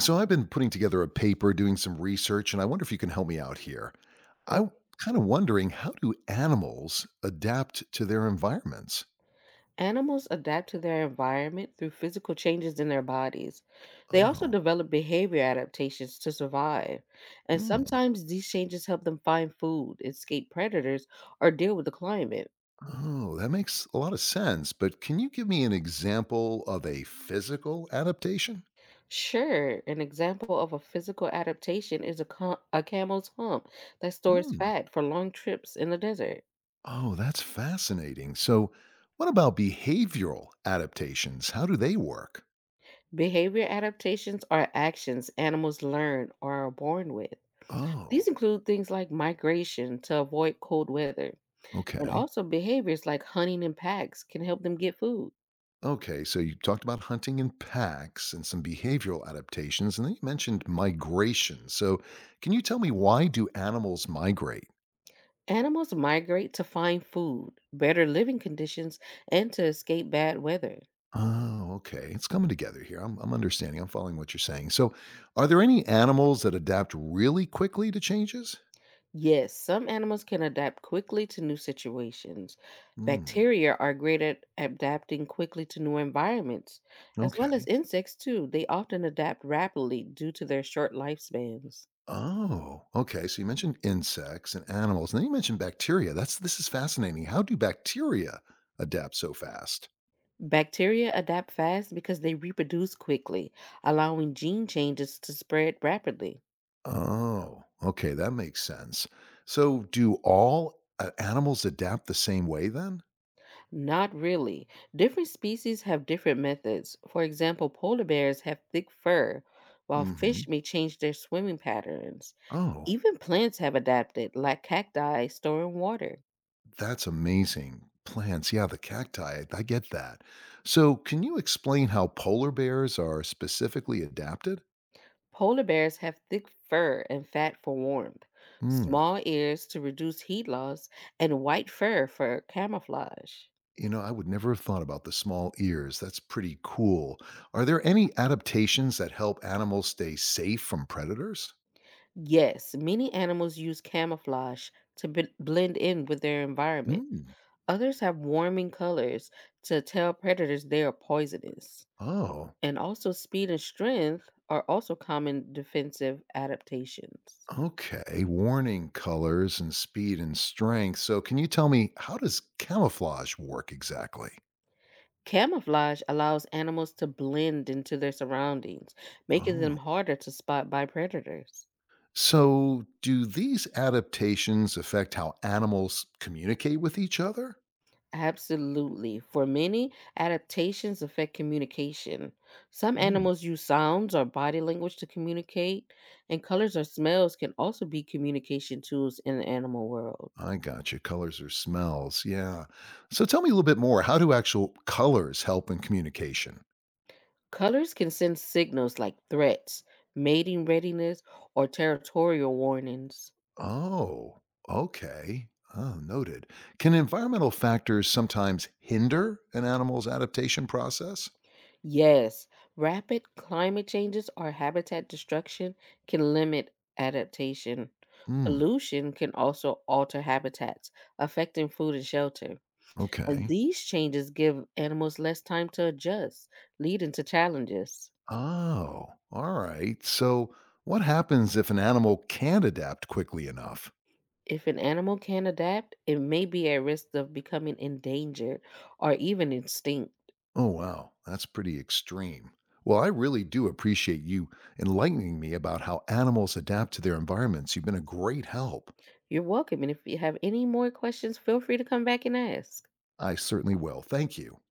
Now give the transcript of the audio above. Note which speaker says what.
Speaker 1: So I've been putting together a paper, doing some research, and I wonder if you can help me out here. I'm
Speaker 2: Okay.
Speaker 1: kind of wondering, how do animals adapt to their environments?
Speaker 2: Animals adapt to their environment through physical changes in their bodies. They also
Speaker 1: Oh,
Speaker 2: develop behavior adaptations to survive. And
Speaker 1: hmm.
Speaker 2: sometimes these changes help them find food, escape predators, or deal with the climate.
Speaker 1: Oh, that makes a lot of sense. But can you give me an example of a physical adaptation?
Speaker 2: Sure, an example of a physical adaptation is a camel's hump that stores
Speaker 1: Hmm.
Speaker 2: fat for long trips in the desert.
Speaker 1: Oh, that's fascinating. So, what about behavioral adaptations? How do they work?
Speaker 2: Behavior adaptations are actions animals learn or are born with. These
Speaker 1: Oh,
Speaker 2: include things like migration to avoid cold weather. And
Speaker 1: okay.
Speaker 2: also, behaviors like hunting in packs can help them get food.
Speaker 1: Okay, so you talked about hunting in packs and some behavioral adaptations, and then you mentioned migration. So, can you tell me, why do animals migrate?
Speaker 2: Animals migrate to find food, better living conditions, and to escape bad weather.
Speaker 1: Oh, okay, it's coming together here. I'm understanding. I'm following what you're saying. So, are there any animals that adapt really quickly to changes?
Speaker 2: Yes, some animals can adapt quickly to new situations.
Speaker 1: Hmm.
Speaker 2: Bacteria are great at adapting quickly to new environments, as well as
Speaker 1: Okay.
Speaker 2: insects, too. They often adapt rapidly due to their short lifespans.
Speaker 1: Oh, okay. So you mentioned insects and animals, and then you mentioned bacteria. That's, this is fascinating. How do bacteria adapt so fast?
Speaker 2: Bacteria adapt fast because they reproduce quickly, allowing gene changes to spread rapidly.
Speaker 1: Oh, okay, that makes sense. So, do all animals adapt the same way then?
Speaker 2: Not really. Different species have different methods. For example, polar bears have thick fur, while fish
Speaker 1: Hmm.
Speaker 2: may change their swimming patterns.
Speaker 1: Oh,
Speaker 2: Even plants have adapted, like cacti storing water.
Speaker 1: that's amazing. Plants, yeah, the cacti, I get that. So, can you explain how polar bears are specifically adapted?
Speaker 2: Polar bears have thick fur and fat for warmth,
Speaker 1: Hmm.
Speaker 2: small ears to reduce heat loss, and white fur for camouflage.
Speaker 1: You know, I would never have thought about the small ears. That's pretty cool. Are there any adaptations that help animals stay safe from predators?
Speaker 2: Yes, many animals use camouflage to blend in with their environment.
Speaker 1: Mm.
Speaker 2: Others have warming colors to tell predators they are poisonous.
Speaker 1: Oh.
Speaker 2: And also, speed and strength are also common defensive adaptations.
Speaker 1: Okay, warning colors and speed and strength. So, can you tell me, how does camouflage work exactly?
Speaker 2: Camouflage allows animals to blend into their surroundings, making them
Speaker 1: Oh.
Speaker 2: harder to spot by predators.
Speaker 1: So, do these adaptations affect how animals communicate with each other?
Speaker 2: Absolutely. For many, adaptations affect communication. Some
Speaker 1: Mm.
Speaker 2: animals use sounds or body language to communicate, and colors or smells can also be communication tools in the animal world.
Speaker 1: I gotcha. Colors or smells. Yeah. So, tell me a little bit more. How do actual colors help in communication?
Speaker 2: Colors can send signals like threats, mating readiness, or territorial warnings.
Speaker 1: Oh, okay. Oh, noted. Can environmental factors sometimes hinder an animal's adaptation process?
Speaker 2: Yes, rapid climate changes or habitat destruction can limit adaptation.
Speaker 1: Hmm.
Speaker 2: Pollution can also alter habitats, affecting food and shelter. And
Speaker 1: Okay.
Speaker 2: these changes give animals less time to adjust, leading to challenges.
Speaker 1: Oh, all right. So, what happens if an animal can't adapt quickly enough?
Speaker 2: If an animal can't adapt, it may be at risk of becoming endangered or even extinct.
Speaker 1: Oh, wow. That's pretty extreme. Well, I really do appreciate you enlightening me about how animals adapt to their environments. You've been a great help.
Speaker 2: You're welcome, and if you have any more questions, feel free to come back and ask.
Speaker 1: I certainly will. Thank you.